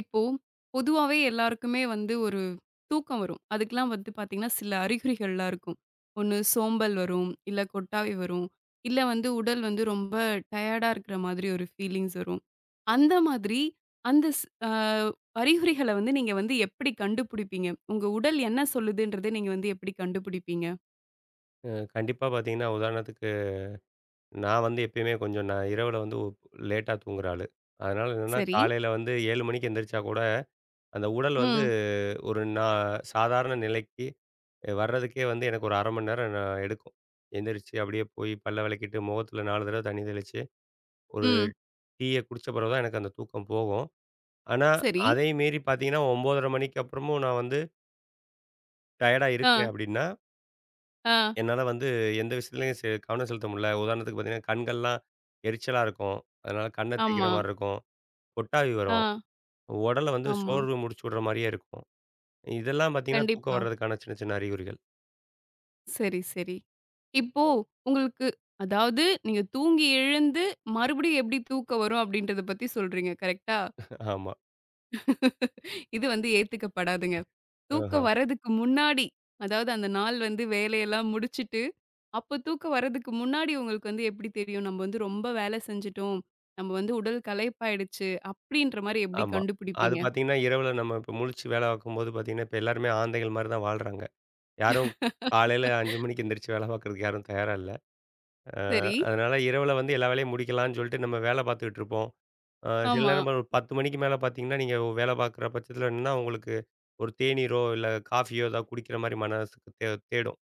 இப்போ பொதுவாவே எல்லாருக்குமே வந்து ஒரு தூக்கம் வரும். அதுக்கெல்லாம் வந்து பார்த்தீங்கன்னா, சில அறிகுறிகள்லாம் இருக்கும். ஒண்ணு சோம்பல் வரும், இல்ல கொட்டாவி வரும், இல்ல வந்து உடல் வந்து ரொம்ப டயர்டா இருக்கிற மாதிரி ஒரு ஃபீலிங்ஸ் வரும். அந்த மாதிரி அந்த ஸ் அ அறிகுறிகள வந்து நீங்க வந்து எப்படி கண்டுபிடிப்பீங்க? உங்க உடல் என்ன சொல்லுதுன்றத நீங்க வந்து எப்படி கண்டுபிடிப்பீங்க? அ கண்டிப்பா பார்த்தீங்கன்னா, உதாரணத்துக்கு நான் வந்து எப்பயுமே கொஞ்சம் நான் இரவுல வந்து லேட்டா தூங்குற ஆளு. அதனால என்னன்னா, சரி. காலையில வந்து 7 மணிக்கு எந்திரிச்சா கூட, அந்த உடல் வந்து ம், ஒரு நான் சாதாரண நிலைக்கு வர்றதுக்கே வந்து எனக்கு ஒரு 1/2 மணி நேரம் நான் எடுக்கும். எந்திரிச்சு அப்படியே போய் பல்ல விளக்கிட்டு, முகத்துல 4 தடவ தண்ணி தெளிச்சு, ஒரு ம். டீய குடிச்ச பிறகு தான் எனக்கு அந்த தூக்கம் போகும். ஆனா, சரி. அதையும் மீறி பார்த்தீங்கன்னா, 9:30 மணிக்கு அப்புறமும் நான் வந்து டயர்டா ஆ, இருக்கிறேன் அப்படின்னா, ஆ. என்னால வந்து எந்த விஷயத்துலயும் கவனம் செலுத்த முடியல. உதாரணத்துக்கு பார்த்தீங்கன்னா, கண்கள்லாம் எரிச்சலா இருக்கும். அதனால கண்ண தேய்க்கிற ஆமா. மாரி இருக்கும். கொட்டாவி ஆ, வரும். உடல வந்து ஆமா. சோர்வு முடிச்சு விடுற மாரியே இருக்கும். இதெல்லாம் பார்த்தீங்கன்னா, தூக்கம் கண்டிப்பா. வர்றதுக்கான சின்ன சின்ன அறிகுறிகள். சரி, சரி. இப்போ உங்களுக்கு அதாவது நீங்க தூங்கி எழுந்து மறுபடியும் எப்படி தூக்கம் வரும் அப்படின்றத பத்தி சொல்றீங்க. கரெக்ட்டா? ஆமா. இது வந்து ஏத்துக்கப்படாதுங்க. ஆஹ. தூக்கம் வர்றதுக்கு முன்னாடி, அதாவது அந்த நாள் வந்து வேலையெல்லாம் முடிச்சுட்டு, அப்ப தூக்கம் வர்றதுக்கு முன்னாடி உங்களுக்கு வந்து எப்படி தெரியும்? நம்ம வந்து ரொம்ப வேலை செஞ்சுட்டோம். நம்ம வந்து உடல் களைப்பாயிடுச்சு. அப்படின்ற மாரி எப்படி ஆமா. அது கண்டுபிடிப்பீங்க? பார்த்தீங்கன்னா, இரவுல நம்ம இப்ப முழிச்சு வேலை பார்க்கும்போது பார்த்தீங்கன்னா, இப்ப எல்லாருமே ஆந்தைகள் மாரி தான் வாழ்றாங்க. யாரும் காலையில 5 மணிக்கு எந்திரிச்சு வேலை பார்க்கறதுக்கு யாரும் தயாரா இல்ல. அ சரி. அதனால இரவுல வந்து எல்லா வேலையும் முடிக்கலாம்னு சொல்லிட்டு நம்ம வேலை பார்த்துக்கிட்டு இருப்போம். சில ஆமா. நேரம் ஒரு 10 மணிக்கு மேல பார்த்தீங்கன்னா, நீங்க வேலை பார்க்குற பட்சத்தில என்னன்னா, உங்களுக்கு ஒரு தேநீரோ, இல்ல காஃபியோ ஏதாவது குடிக்கிற மாரி மனசுக்கு தேடும்.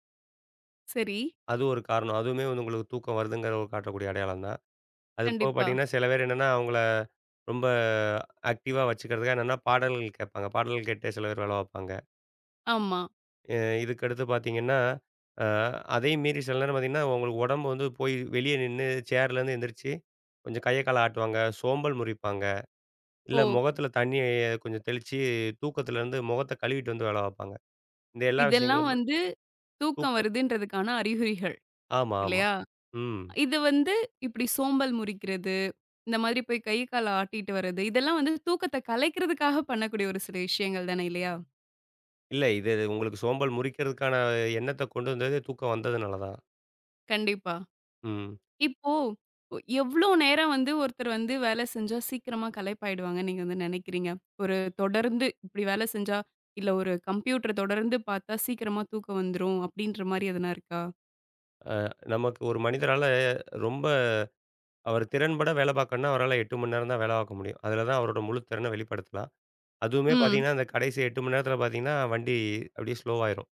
சரி. அது ஒரு காரணம். அதுவுமே வந்து உங்களுக்கு தூக்கம் வருதுங்கிற ஒரு காட்டக்கூடிய அடையாளம் தான். அது போக கண்டிப்பா. பார்த்தீங்கன்னா, சில பேர் என்னன்னா, அவங்கள ரொம்ப ஆக்டிவா வச்சுக்கிறதுக்காக என்னன்னா, பாடல்கள் கேட்பாங்க. பாடல்கள் கேட்டே சில பேர் வேலை பார்ப்பாங்க. ஆமா. அ இதுக்கடுத்து பார்த்தீங்கன்னா, அ அதையும் மீறி சில நேரம் பார்த்தீங்கன்னா, உங்களுக்கு உடம்பு வந்து போய் வெளியே நின்னு சேர்லேருந்து எந்திரிச்சு கொஞ்சம் கைய கால ஆட்டுவாங்க. சோம்பல் முறிப்பாங்க. இல்ல ஓ! முகத்துல தண்ணிய கொஞ்சம் தெளிச்சு, தூக்கத்துல இருந்து முகத்த கழுவிட்டு வந்து வேல பாப்பாங்க. இந்த எல்லா இதெல்லாம் விஷயங்களும் வந்து தூக்கம் தூக்கம் வருதுன்றதுக்கான அறிகுறிகள் ஆமா, ஆமா. இல்லையா? ம். இது வந்து இப்டி சோம்பல் முறிக்கிறது, இந்த மாதிரி போய் கை, கால ஆட்டிட்டு வர்றது, இதெல்லாம் வந்து தூக்கத்த கலைக்கிறதுக்காக பண்ணக்கூடிய ஒரு சில விஷயங்கள் தானே இல்லையா? இல்ல இது உங்களுக்கு சோம்பல் முறிக்கிறதுக்கான எண்ணத்த கொண்டு வந்தது தூக்கம் வந்ததுனால தான். கண்டிப்பா. ம். இப்போ எவ்ளோ நேரம் வந்து ஒருத்தர் வந்து வேல செஞ்சா சீக்கிரமா களைப்பாயிடுவாங்கன்னு நீங்க வந்து நினைக்கிறீங்க? ஒரு தொடர்ந்து இப்டி வேல செஞ்சா, இல்ல ஒரு கம்ப்யூட்டர தொடர்ந்து பார்த்தா சீக்கிரமா தூக்கம் வந்துரும் அப்டின்ற மாரி எதனா இருக்கா? நமக்கு ஒரு மனிதரால ரொம்ப அவர் திறன்பட வேல பாக்கணும்னா, அவரால 8 மணி நேரம் தான் வேல பாக்க முடியும். அதுல தான் அவரோட முழு திறன வெளிப்படுத்தலாம். அதுவுமே ம். பாத்தீங்கன்னா, அந்த கடைசி 8 மணி நேரத்துல பாத்தீங்கன்னா, வண்டி அப்படியே ஸ்லோவாயிரும்.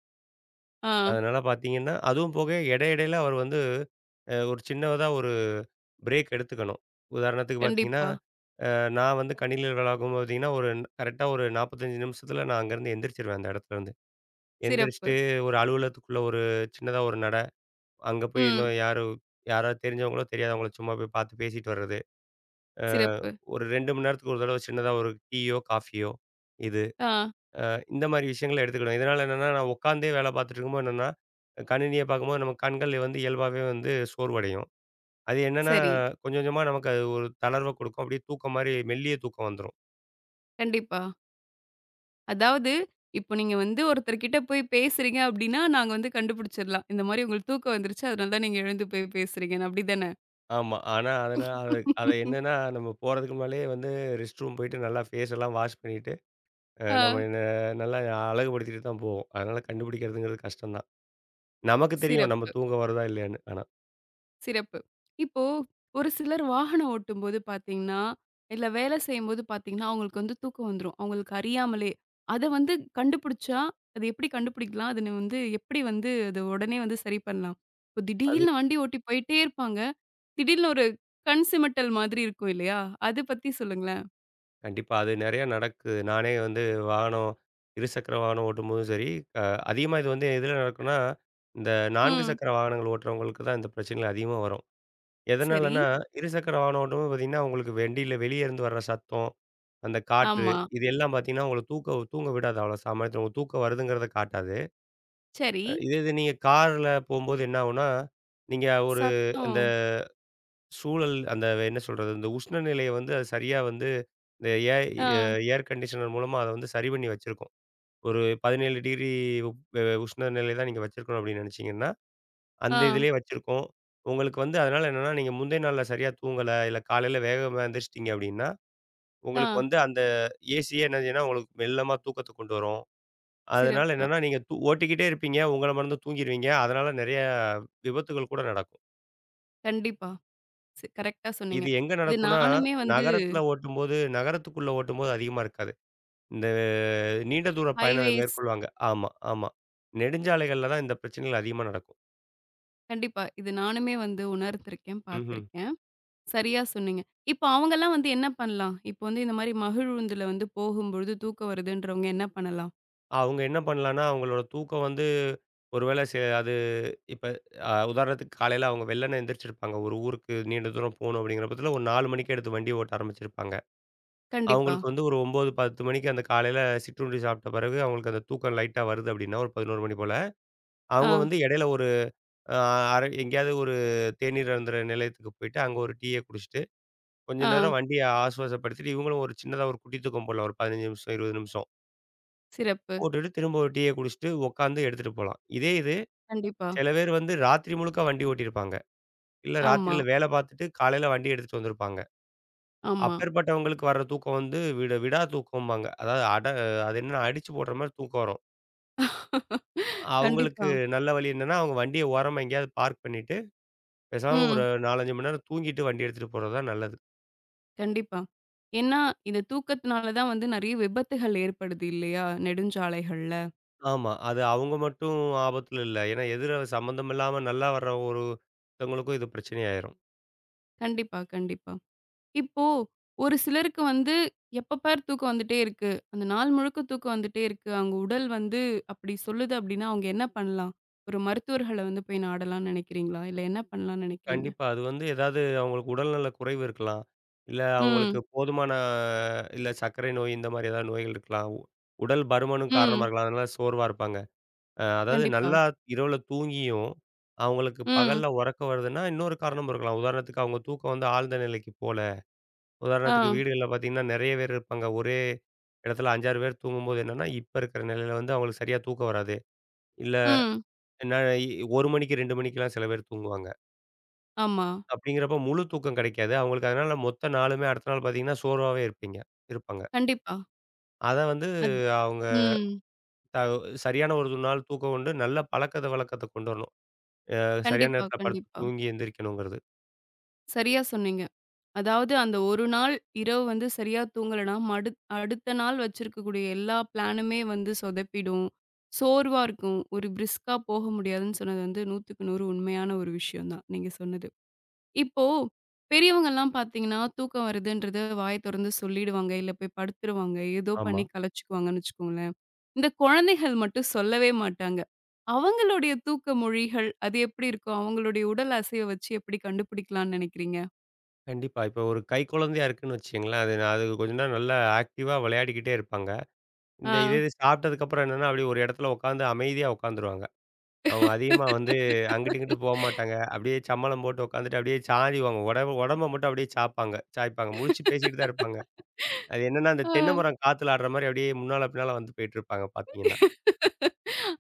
ஆ. அதனால பார்த்தீங்கன்னா, அதுவும் போக இடை இடையில அவர் வந்து ஒரு சின்னதா ஒரு பிரேக் எடுத்துக்கணும். உதாரணத்துக்கு பார்த்தீங்கன்னா, கண்டிப்பா. நான் வந்து கணினில விளாகும்போது பார்த்தீங்கன்னா, ஒரு கரெக்ட்டா ஒரு 45 நிமிஷத்துல நான் அங்கேருந்து எந்திரிச்சுருவேன் அந்த இடத்துலருந்து. சிறப்பு. எந்திரிச்சுட்டு ஒரு அலுவலகத்துக்குள்ள ஒரு சின்னதா ஒரு நட, அங்க போய் ம். இன்னும் யாரு யாராவது தெரிஞ்சவங்களோ, தெரியாதவங்களோ சும்மா போய் பார்த்து பேசிட்டு வர்றது. அ சிறப்பு. ஒரு 2 மணி நேரத்துக்கு ஒரு தடவ சின்னதா ஒரு டீயோ, காஃபியோ இது ஆ, இந்த மாரி விஷயங்கள எடுத்துக்கிடுவேன். இதனால என்னன்னா, நான் உட்காந்தே வேலை பார்த்துட்டு இருக்கும்போது என்னன்னா, கணினிய பார்க்கும்போது நம்ம கண்கள் வந்து இயல்பாவே வந்து சோர்வடையும். அது என்னன்னா, சரி. கொஞ்சம் கொஞ்சமா நமக்கு அது ஒரு தளர்வ குடுக்கும். அப்படியே தூக்கம் மாரி மெல்லிய தூக்கம் வந்துரும். கண்டிப்பா. அதாவது, இப்போ நீங்க வந்து ஒருத்தர்கிட்ட போய் பேசுறீங்க அப்டின்னா, நாங்க வந்து கண்டுபிடிச்சிடலாம். இந்த மாரி உங்களுக்கு தூக்கம் வந்துருச்சு. அதனால தான் நீங்க எழுந்து போய் பேசுறீங்கன்னு. அப்டிதானே? ஆமா. ஆனா அது அது என்னன்னா, நம்ம போறதுக்கு முன்னாலயே வந்து ரெஸ்ட் ரூம் போயிட்டு நல்லா ஃபேஸ் எல்லாம் வாஷ் பண்ணிட்டு, ஆ, நம்ம நல்லா அழகுபடுத்திட்டு தான் போவோம். அதனால கண்டுபிடிக்கிறதுங்கிறது கஷ்டம் தான். நமக்கு தெரியும் நம்ம சிறப்பு, தூங்க வருதா இல்லையான்னு ஆனா. சிறப்பு. இப்போ ஒரு சிலர் வாகனம் ஓட்டும்போது பார்த்தீங்கன்னா, இல்ல வேலை செய்யும்போது பார்த்தீங்கன்னா, அவங்களுக்கு வந்து தூக்கம் வந்துரும். அவங்களுக்கு அறியாமலே. அத வந்து கண்டுபிடிச்சா, அது எப்டி கண்டுபிடிக்கலாம்? அதுன வந்து எப்டி வந்து அத உடனே வந்து சரி பண்ணலாம்? இப்போ அது திடீர்னு வண்டி ஓட்டி போயிட்டே இருப்பாங்க. திடீர்னு ஒரு கண் சிமிட்டல் மாதிரி இருக்கும் இல்லையா? அது பத்தி சொல்லுங்களேன். கண்டிப்பா. அது நெறையா நடக்குது. நானே வந்து வாகனம், இருசக்கர வாகனம் ஓட்டும்போதும் சரி, அ அதிகமா இது வந்து எதுல நடக்கும்னா, இந்த 4 ம். சக்கர வாகனங்கள் ஓட்டுறவங்களுக்கு தான் இந்த பிரச்சனைகள் அதிகமா வரும். சரி. எதனாலன்னா, இருசக்கர வாகனம் ஓட்டும்போது பார்த்தீங்கன்னா, உங்களுக்கு வண்டியில வெளிய இருந்து வர்ற சத்தம், அந்த காற்று ஆமா. இது எல்லாம் பார்த்தீங்கன்னா, உங்கள தூக்க தூங்க விடாது. அவ்வளோ சாமர்த்தியம் உங்களுக்கு தூக்கம் வருதுங்கிறத காட்டாது. சரி. இதே இது நீங்க கார்ல போம்போது என்ன ஆகும்னா, நீங்க ஒரு அந்த சத்தம். சூழல் அந்த என்ன சொல்றது? இந்த உஷ்ண நிலைய வந்து அது சரியா வந்து இந்த ஏ ஆ, அ ஏர் கண்டிஷனர் மூலமா அத வந்து சரி பண்ணி வச்சிருக்கும். ஒரு 17 டிகிரி° ° உப் அ உஷ்ண நிலை தான் நீங்க வச்சிருக்கணும் அப்படின்னு நினைச்சீங்கன்னா, அந்த ஆ, இதிலயே வச்சிருக்கும். உங்களுக்கு வந்து அதனால என்னன்னா, நீங்க முந்தைய நாள்ல சரியா தூங்கல, இல்ல காலையில வேகமா எந்திரிச்சிட்டீங்க அப்படின்னா, உங்களுக்கு ஆ. வந்து அந்த ஏசியே என்ன செய்யும்னா, உங்களுக்கு மெல்லமா தூக்கத்த கொண்டு வரும். அதனால சிறப்பு. என்னன்னா, நீங்க ஓட்டிக்கிட்டே இருப்பீங்க. உங்கள மறந்து தூங்கிருவீங்க. அதனால நெறைய விபத்துகள் கூட நடக்கும். கண்டிப்பா. கரெக்ட்டா இது சொன்னீங்க. எங்க இது நடக்கும்னா, நானுமே வந்து நகரத்தில ஓட்டும்போது நகரத்துக்குள்ள ஓட்டும்போது அதிகமா இருக்காது. இந்த நீண்ட தூர பயணம் ஹைவேஸ் மேற்கொள்வாங்க. ஆமா, ஆமா. நெடுஞ்சாலைகள்ல தான் இந்த பிரச்சனைகள் அதிகமா நடக்கும். கண்டிப்பா. இது நானுமே வந்து உணர்ந்திருக்கேன், ம்ஹ்ம். பார்த்திருக்கேன். சரியா சொன்னீங்க. இப்போ அவங்கலாம் வந்து என்ன பண்ணலாம்? இப்போ வந்து இந்த மாரி மகிழுந்துல வந்து போகும்பொழுது தூக்கம் வருதுன்றவங்க என்ன பண்ணலாம்? அவங்க என்ன பண்ணலான்னா, அவங்களோட தூக்கம் வந்து ஒரு வேளை அது இப்ப உதாரணத்துக்கு காலையில அவங்க வெள்ளன எந்திரிச்சிருப்பாங்க. ஒரு ஊருக்கு நீண்ட தூரம் போணும் அப்படிங்கிற பட்சத்தில ஒரு 4 மணிக்கே எடுத்து வண்டி ஓட்ட ஆரம்பிச்சிருப்பாங்க. கண்டிப்பா. அவங்களுக்கு வந்து ஒரு 9, 10 மணிக்கு அந்த காலையில சிற்றுண்டி சாப்பிட்ட பிறகு அவங்களுக்கு அந்த தூக்கம் லைட்டா வருது அப்படின்னா, ஒரு 11 மணி போல. ஆ, அவங்க வந்து இடையில ஒரு அ அரை எங்கேயாவது ஒரு தேநீர் அருந்துற நிலையத்துக்கு போயிட்டு, அங்க ஒரு டீய குடிச்சிட்டு, கொஞ்ச ஆ. நேரம் வண்டிய ஆசுவாசப்படுத்திட்டு, இவங்களும் ஒரு சின்னதா ஒரு குட்டி தூக்கம் போடலாம். ஒரு 15 நிமிஷம், 20 நிமிஷம். சிறப்பு. போட்டுட்டு திரும்ப ஒரு டீய குடிச்சிட்டு உட்காந்து எடுத்துட்டு போலாம். இதே இது கண்டிப்பா. சில பேர் வந்து ராத்திரி முழுக்க வண்டி ஓட்டியிருப்பாங்க. இல்ல ஆமா, ராத்திரியில வேலை பார்த்துட்டு காலையில வண்டி எடுத்துட்டு வந்திருப்பாங்க. ஆமா. அப்பேற்பட்டவங்களுக்கு வர்ற தூக்கம் வந்து விட விடா தூக்கம்பாங்க. அதாவது அட அது என்னன்னா அடிச்சு போடுற மாரி தூக்கம் வரும். அவங்களுக்கு கண்டிப்பா. நல்ல வழி என்னன்னா, அவங்க வண்டிய ஓரமா எங்கேயாவது பார்க் பண்ணிட்டு, பேசாம ஒரு ம். 4, 5 மணி நேரம் தூங்கிட்டு வண்டி எடுத்துட்டு போறது தான் நல்லது. கண்டிப்பா. ஏன்னா, இந்த தூக்கத்தினால தான் வந்து நெறைய விபத்துகள் ஏற்படுது இல்லையா? நெடுஞ்சாலைகள்ல. ஆமா. அது அவங்க மட்டும் ஆபத்துல இல்ல. ஏன்னா எதிர சம்மந்தம் இல்லாம நல்லா வர்ற ஒருத்தவங்களுக்கும் இது பிரச்சனையாயிரும். கண்டிப்பா, கண்டிப்பா. இப்போ ஒரு சிலருக்கு வந்து எப்ப பாரு தூக்கம் வந்துட்டே இருக்கு. அந்த நாள் முழுக்க தூக்கம் வந்துட்டே இருக்கு. அவங்க உடல் வந்து அப்படி சொல்லுது அப்படின்னா, அவங்க என்ன பண்ணலாம்? ஒரு மருத்துவர்கள வந்து போய் நாடலாம்ன்னு நெனைக்கிறீங்களா? இல்ல என்ன பண்ணலாம்ன்னு நெனைக்கிறீங்க? கண்டிப்பா. அது வந்து ஏதாவது அவங்களுக்கு உடல்நல குறைவு இருக்கலாம். இல்ல அவங்களுக்கு ம், போதுமான இல்ல சர்க்கரை நோய் இந்த மாரி ஏதாவது நோய்கள் இருக்கலாம். உடல் பருமனும் காரணமா ம். இருக்கலாம். அதனால சோர்வா இருப்பாங்க. அதாவது கண்டிப்பா. நல்லா இரவுல தூங்கியும் அவங்களுக்கு ம். பகல்ல உறக்கம் வருதுன்னா, இன்னொரு காரணமும் இருக்கலாம். உதாரணத்துக்கு அவங்க தூக்கம் வந்து ஆழ்ந்த நிலைக்கு போல. ஆ. உதாரணத்துக்கு வீடுகள்ல பார்த்தீங்கன்னா, நெறைய பேர் இருப்பாங்க. ஒரு இடத்துல 5, 6 பேர் தூங்கும்போது என்னன்னா, இப்ப இருக்கிற நிலையில வந்து அவங்களுக்கு சரியா தூக்கம் வராது. இல்ல ம். என்ன 1 மணிக்கு 2 மணிக்கெல்லாம் சில பேர் தூங்குவாங்க. ஆமா. அப்படிங்கிறப்ப முழு தூக்கம் கிடைக்காது. அவங்களுக்கு அதனால மொத்த நாளுமே அடுத்த நாள் பார்த்தீங்கன்னா, சோர்வாவே இருப்பீங்க இருப்பாங்க. கண்டிப்பா. அத வந்து அத் அவங்க ம். த சரியான ஒரு நாள் தூக்கம் உண்டு. நல்ல பழக்கத்த வழக்கத்த கொண்டு வரணும். சரியான கண்டிப்பா, நேரத்தில படுத்து கண்டிப்பா. தூங்கி எந்திரிக்கணுங்கிறது. சரியா சொன்னீங்க. அதாவது அந்த ஒரு நாள் இரவு வந்து சரியா தூங்கலன்னா, அடுத்த நாள் வச்சிருக்கக்கூடிய எல்லா பிளானுமே வந்து சொதப்பிடும். சோர்வா இருக்கும். ஒரு பிரிஸ்கா போக முடியாதுன்னு சொன்னது வந்து 100க்கு 100 உண்மையான ஒரு விஷயம் தான், நீங்க சொன்னது. இப்போ பெரியவங்கலாம் பார்த்தீங்கன்னா, தூக்கம் வருதுன்றத வாய தொறந்து சொல்லிடுவாங்க. இல்ல போய் படுத்துருவாங்க. ஏதோ ஆமா. பண்ணி கலச்சுக்குவாங்கன்னு வச்சுக்கோங்களேன். இந்த குழந்தைகள் மட்டும் சொல்லவே மாட்டாங்க. அவங்களுடைய தூக்க மொழிகள் அது எப்படி இருக்கும்? அவங்களுடைய உடல் அசைவ வச்சு எப்படி கண்டுபிடிக்கலாம்னு நினைக்கிறீங்க? கண்டிப்பா. இப்ப ஒரு கைக்குழந்தையா இருக்குன்னு வச்சுக்கங்களேன், அது அது கொஞ்ச நேரம் நல்லா ஆக்டிவா விளையாடிக்கிட்டே இருப்பாங்க. இந்த இதே ஆ. இது சாப்பிட்டதுக்கப்புறம் என்னன்னா, அப்படியே ஒரு இடத்துல உட்காந்து அமைதியா உட்காந்துருவாங்க. அவங்க அதிகமா வந்து அங்கிட்டு, இங்கிட்டு போமாட்டாங்க. அப்படியே சம்மணம் போட்டு உட்காந்துட்டு அப்படியே சாயுவாங்க. உடம்பு உடம்ப மட்டும் அப்படியே சாய்ப்பாங்க சாய்ப்பாங்க. முழிச்சு பேசிட்டு தான் இருப்பாங்க. அது என்னன்னா, அந்த ஆ. தென்னை மரம் காத்துல ஆடுற மாரி அப்படியே முன்னால, பின்னால வந்து போயிட்டுருப்பாங்க பார்த்தீங்கன்னா.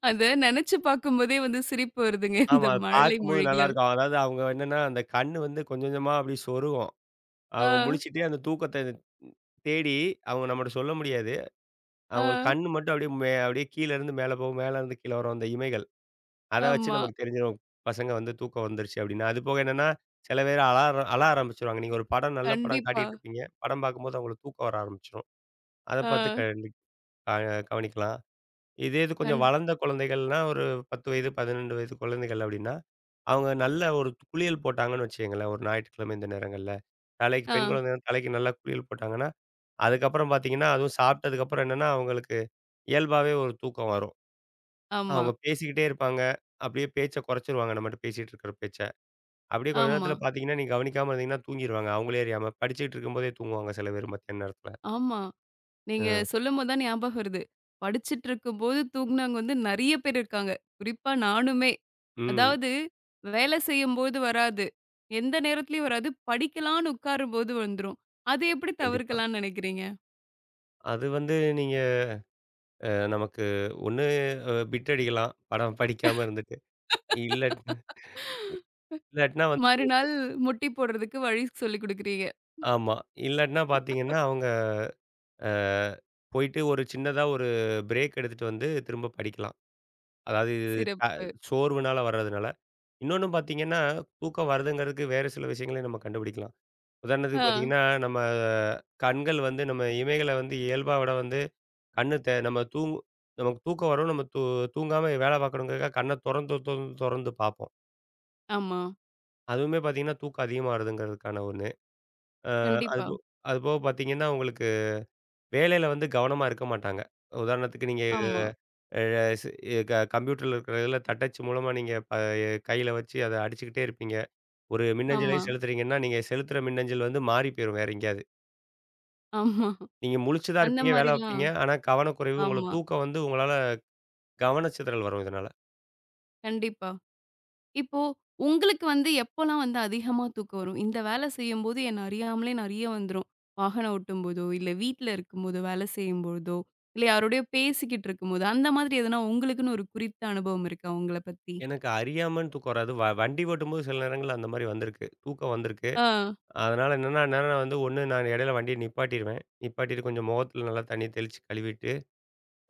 அத நெனச்சு பார்க்கும்போதே வந்து சிரிப்பு வருதுங்க. ஆமா. இந்த அது மழலை பார்க்கும்போது மொழிகள். நல்லாருக்கும். அதாவது அவங்க என்னன்னா, அந்த கண்ணு வந்து கொஞ்சம் கொஞ்சமா அப்படி சொருகும். ஆ, அவங்க முழிச்சுட்டே அந்த தூக்கத்த தேடி அவங்க நம்மட்ட சொல்ல முடியாது. ஆ, அவங்க கண்ணு மட்டும் அப்படியே அப்படியே கீழ இருந்து மேல போகும். மேல இருந்து கீழ வரும் அந்த இமைகள். அத வச்சு ஆமா. நமக்கு தெரிஞ்சிரும். பசங்க வந்து தூக்கம் வந்துருச்சு அப்டின்னு. அதுபோக என்னன்னா, சில பேர் அழார அழ ஆரம்பிச்சுருவாங்க. நீங்க ஒரு படம் நல்ல படம் கண்டிப்பா. காட்டிட்டு இருப்பீங்க. படம் பார்க்கும்போது அவங்களுக்கு தூக்கம் வர ஆரம்பிச்சுரும். அத பார்த்து ஆ, கண்டி அ கவனிக்கலாம். இதே இது கொஞ்சம் கண் வளர்ந்த குழந்தைகள்னா, ஒரு 10 வயது, 12 வயது குழந்தைகள் அப்டின்னா, அவங்க நல்ல ஒரு குளியல் போட்டாங்கன்னு வச்சுக்கங்களேன், ஒரு ஞாயிற்றுக்கிழமை இந்த நேரங்கள்ல. தலைக்கு ஆ, பெண் குழந்தைகள் தலைக்கு நல்லா குளியல் போட்டாங்கன்னா, அதுக்கப்புறம் பார்த்தீங்கன்னா, அதுவும் சாப்பிட்டதுக்கப்புறம் என்னன்னா, அவங்களுக்கு இயல்பாவே ஒரு தூக்கம் வரும். ஆமா, அவங்க பேசிக்கிட்டே இருப்பாங்க. அப்படியே பேச்ச குறைச்சிருவாங்க நம்மட்ட பேசிட்டு இருக்கிற பேச்ச. அப்படியே கொஞ்ச ஆமா, நேரத்தில பார்த்தீங்கன்னா, நீங்க கவனிக்காம இருந்தீங்கன்னா தூங்கிருவாங்க. அவங்களே அறியாம. படிச்சுக்கிட்டு இருக்கும்போதே தூங்குவாங்க சில பேர் மத்தியான நேரத்தில. ஆமா. நீங்க அ. சொல்லும்போது தான் ஞாபகம் வருது. படிச்சுட்டு இருக்கும்போது தூங்குனவங்க வந்து நெறைய பேர் இருக்காங்க. குறிப்பா நானுமே. ம். அதாவது வேல செய்யும்போது வராது. எந்த நேரத்துலயும் வராது. படிக்கலான்னு உட்காரும்போது வந்துரும். அது எப்படி கண்டிப்பா. தவிர்க்கலாம்னு நெனைக்கிறீங்க? அது வந்து நீங்க நமக்கு ஒண்ணு பிட் அடிக்கலாம். படம் படிக்காம இருந்துட்டு. இல்லாட் இல்லாட்டினா வந்து மறுநாள் முட்டி போடுறதுக்கு வழி சொல்லிக் குடுக்குறீங்க. ஆமா. இல்லாட்டினா பார்த்தீங்கன்னா, அவங்க அ போயிட்டு ஒரு சின்னதா ஒரு பிரேக் எடுத்துட்டு வந்து திரும்ப படிக்கலாம். அதாவது அ சிறப்பு. சோர்வுனால வர்றதுனால. இன்னொன்னு பார்த்தீங்கன்னா, தூக்கம் வருதுங்கிறதுக்கு வேறு சில விஷயங்களையும் நம்ம கண்டுபிடிக்கலாம். ஆ. உதாரணத்துக்கு பார்த்தீங்கன்னா, நம்ம கண்கள் வந்து நம்ம இமைகள வந்து இயல்பா விட வந்து கண்ணு தே நம்ம தூங் நமக்கு தூக்கம் வரும். நம்ம தூ தூங்காம வேலை பார்க்கணுங்கிறதுக்காக கண்ண தொறந்து தொறந்து தொறந்து பார்ப்போம். ஆமா. அதுவுமே பார்த்தீங்கன்னா, தூக்கம் அதிகமா வருதுங்கிறதுக்கான ஒண்ணு. அ அது கண்டிப்பா. போ அது போக பார்த்தீங்கன்னா, உங்களுக்கு வேலையில வந்து கவனமா இருக்க மாட்டாங்க. உதாரணத்துக்கு நீங்க ஆமா, அ ஸ் க கம்ப்யூட்டர்ல இருக்கிறதுல தட்டச்சு மூலமா நீங்க கையில வச்சு அத அடிச்சுக்கிட்டே இருப்பீங்க. ஒரு மின்னஞ்சலே ஆமா, செலுத்துறீங்கன்னா, நீங்க செலுத்துற மின்னஞ்சல் வந்து மாறி போயிரும் வேற எங்கேயாவது. ஆமா. நீங்க முழிச்சு தான் அந்த இருப்பீங்க, வேலை மாரிலாம். பார்ப்பீங்க. ஆனா கவனக்குறைவு, உங்களுக்கு ஆமா. தூக்கம் வந்து உங்களால கவனச்சிதறல் வரும் இதனால. கண்டிப்பா. இப்போ உங்களுக்கு வந்து எப்போலாம் வந்து அதிகமா தூக்கம் வரும்? இந்த வேல செய்யும்போது என்ன அறியாமலே நெறைய வந்துரும். வாகனம் ஓட்டும்போதோ, இல்ல வீட்ல இருக்கும்போதோ, வேல செய்யும்பொழுதோ, இல்ல யாரோடயோ பேசிக்கிட்டு இருக்கும்போது, அந்த மாதிரி எதனா உங்களுக்குன்னு ஒரு குறித்த அனுபவம் இருக்கா உங்கள பத்தி? எனக்கு அறியாமன்னு தூக்கம் வராது. வண்டி ஓட்டும்போது சில நேரங்கள்ல அந்த மாரி வந்திருக்கு. தூக்கம் வந்திருக்கு. ஆ, அதனால என்னன்னா, நான் வந்து 1 நான் இடையில வண்டிய நிப்பாட்டிருவேன். நிப்பாட்டிட்டு கொஞ்சம் முகத்துல நல்லா தண்ணி தெளிச்சு கழுவிட்டு,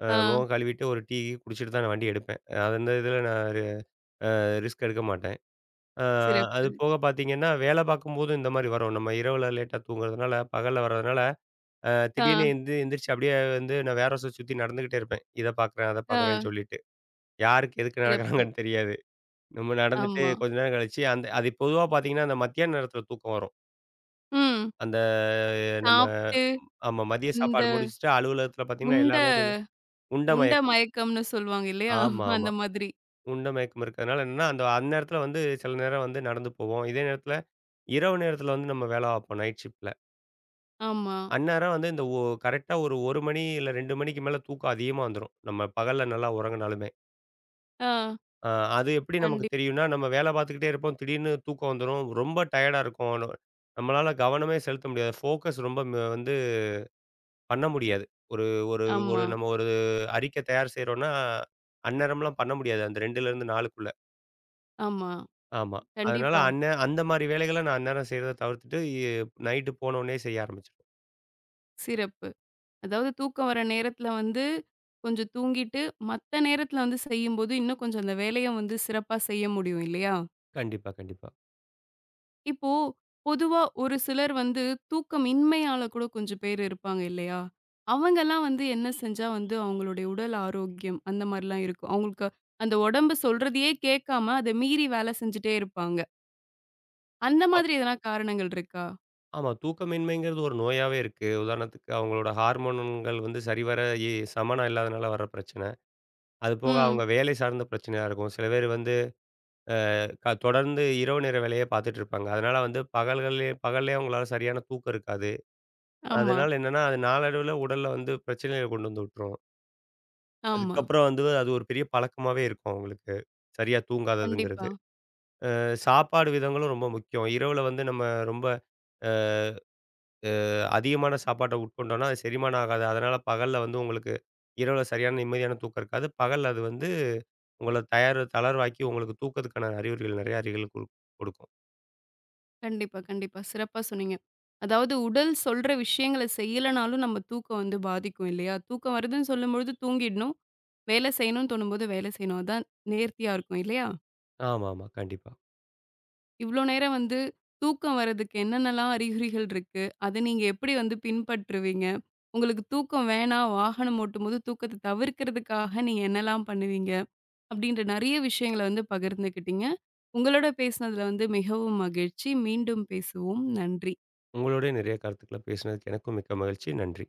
ஆ. முகம் கழுவிட்டு ஒரு டீ குடிச்சிட்டு தான் நான் வண்டி எடுப்பேன். அது அந்த இதில நான் ரிஸ்க் எடுக்க மாட்டேன். அ அது சிறப்பு. போக பார்த்தீங்கன்னா, வேலை பார்க்கும்போதும் இந்த மாரி வரும். நம்ம இரவுல லேட்டா தூங்குறதுனால, பகல்ல வர்றதுனால திடீர்னு ஆ, எந்திரிச்சு அப்படியே வந்து நான் வேற ஹவுஸ சுத்தி நடந்துகிட்டே இருப்பேன். இத பார்க்குறேன், அத ஆ. பார்க்குறேன்னு சொல்லிட்டு. யாருக்கு எதுக்கு சிறப்பு. நடக்குறாங்கன்னு தெரியாது. நம்ம நடந்துட்டு ஆமா. கொஞ்ச நேரம் கழிச்சு அந்த அது பொதுவா பார்த்தீங்கன்னா, அந்த மத்தியான நேரத்தில தூக்கம் வரும். ம். அந்த நம்ம சாப்ட்டு, ஆமா மதிய இந்த சாப்பாடு முடிச்சுட்டு அலுவலகத்தில பார்த்தீங்கன்னா, உண்ட எல்லாமே கொஞ்சம் உண்ட உண்ட மயக்கம். மயக்கம்ன்னு சொல்லுவாங்க இல்லையா? ஆமா, ஆமா. அந்த மாதிரி. உண்ட மயக்கம் இருக்கிறதுனால என்னன்னா, அந்த அந்நேரத்தில வந்து சில நேரம் வந்து நடந்து போவோம். இதே நேரத்தில இரவு நேரத்தில வந்து நம்ம வேலை பார்ப்போம் நைட் ஷிஃப்ட்ல. ஆமா. அந்நேரம் வந்து இந்த கரெக்ட்டா ஒரு 1 மணி இல்ல 2 மணிக்கு மேல தூக்கம் அதிகமா வந்துரும். நம்ம பகல்ல நல்லா உறங்குனாலுமே. ஆ அ அது எப்படி நமக்கு கண்டிப் தெரியும்னா, நம்ம வேலை பார்த்துக்கிட்டே இருப்போம். திடீர்னு தூக்கம் வந்துரும். ரொம்ப டயர்டா இருக்கும். நம்மளால கவனமே செலுத்த முடியாது. ஃபோக்கஸ் ரொம்ப வந்து பண்ண முடியாது. ஒரு ஒரு ஒரு ஆமா, நம்ம ஒரு அறிக்கை தயார் செய்றோம்னா, அந்நேரம்லாம் பண்ண முடியாது. அந்த 2லேருந்து 4க்குள்ள. ஆமா. ஆமா. அதனால கண்டிப்பா. அந்த மாரி வேலைகள நான் அந்நேரம் செய்றத தவிர்த்துட்டு, எ நைட்டு போனோனே செய்ய ஆரம்பிச்சுருவேன். சிறப்பு. அதாவது தூக்கம் வர நேரத்துல வந்து கொஞ்சம் தூங்கிட்டு, மத்த நேரத்துல வந்து செய்யும்போது, இன்னும் கொஞ்சம் அந்த வேலைய வந்து சிறப்பா செய்ய முடியும் இல்லையா? கண்டிப்பா, கண்டிப்பா. இப்போ பொதுவா ஒரு சிலர் வந்து தூக்கமின்மையால கூட கொஞ்சம் பேர் இருப்பாங்க இல்லையா? அவங்கலாம் வந்து என்ன செஞ்சா வந்து அவங்களுடைய உடல் ஆரோக்கியம் அந்த மாரிலாம் இருக்கும். அவங்களுக்கு அந்த உடம்பு சொல்றதையே கேட்காம அத மீறி வேலை செஞ்சுட்டே இருப்பாங்க. அந்த அ மாதிரி எதனா காரணங்கள் இருக்கா? ஆமா. தூக்கமின்மைங்கிறது ஒரு நோயாவே இருக்கு. உதாரணத்துக்கு அவங்களோட ஹார்மோன்கள் வந்து சரிவர சமனா இல்லாதனால வர பிரச்சனை. அது போக ம். அவங்க வேலை சார்ந்த பிரச்சனையா இருக்கும். சில பேர் வந்து தொடர்ந்து இரவு நேர வேலையே பார்த்துட்டு இருப்பாங்க. அதனால வந்து பகல்லே அவங்களால சரியான தூக்கம் இருக்காது. ஆமா, அதனால என்னன்னா, அது நாளடைவுல உடல்ல வந்து பிரச்சனைகள கொண்டு வந்து விட்டுரும். ஆமா. அதுக்கப்புறம் வந்து அது ஒரு பெரிய பழக்கமாவே இருக்கும் அவங்களுக்கு. சரியா தூங்காததுங்கிறது. கண்டிப்பா, சாப்பாடு விதங்களும் ரொம்ப முக்கியம். இரவுல வந்து நம்ம ரொம்ப அ அதிகமான சாப்பாட்ட உட்கொண்டோம்னா, அது செரிமானம் ஆகாது. அதனால பகல்ல வந்து உங்களுக்கு இரவுல சரியான நிம்மதியான தூக்கம் இருக்காது. பகல்ல அது வந்து உங்கள தயார் தளர்வாக்கி உங்களுக்கு தூக்கத்துக்கான அறிகுறிகள் நெறைய அறிகுறிகள் கொடுக்கும். கண்டிப்பா, கண்டிப்பா. சிறப்பா சொன்னீங்க. அதாவது உடல் சொல்ற விஷயங்கள செய்யலனாலும் நம்ம தூக்கம் வந்து பாதிக்கும் இல்லையா? தூக்கம் வருதுன்னு சொல்லும்பொழுது தூங்கிடணும். வேலை செய்யணும்னு தோணும்போது வேலை செய்யணும். அதான் நேர்த்தியா இருக்கும் இல்லையா? ஆமாமா, கண்டிப்பா. இவ்ளோ நேரம் வந்து தூக்கம் வர்றதுக்கு என்னென்னலாம் அறிகுறிகள் இருக்கு? அத நீங்க எப்படி வந்து பின்பற்றுவீங்க? உங்களுக்கு தூக்கம் வேணாம், வாகனம் ஓட்டும்போது தூக்கத்த தவிர்க்கிறதுக்காக நீங்க என்னலாம் பண்ணுவீங்க? அப்படின்ற நெறைய விஷயங்கள வந்து பகிர்ந்துக்கிட்டீங்க. உங்களோட பேசினதுல வந்து மிகவும் மகிழ்ச்சி. மீண்டும் பேசுவோம். நன்றி. உங்களோடய நிறைய கருத்துக்கள பேசினதுக்கு எனக்கும் மிக்க மகிழ்ச்சி. நன்றி.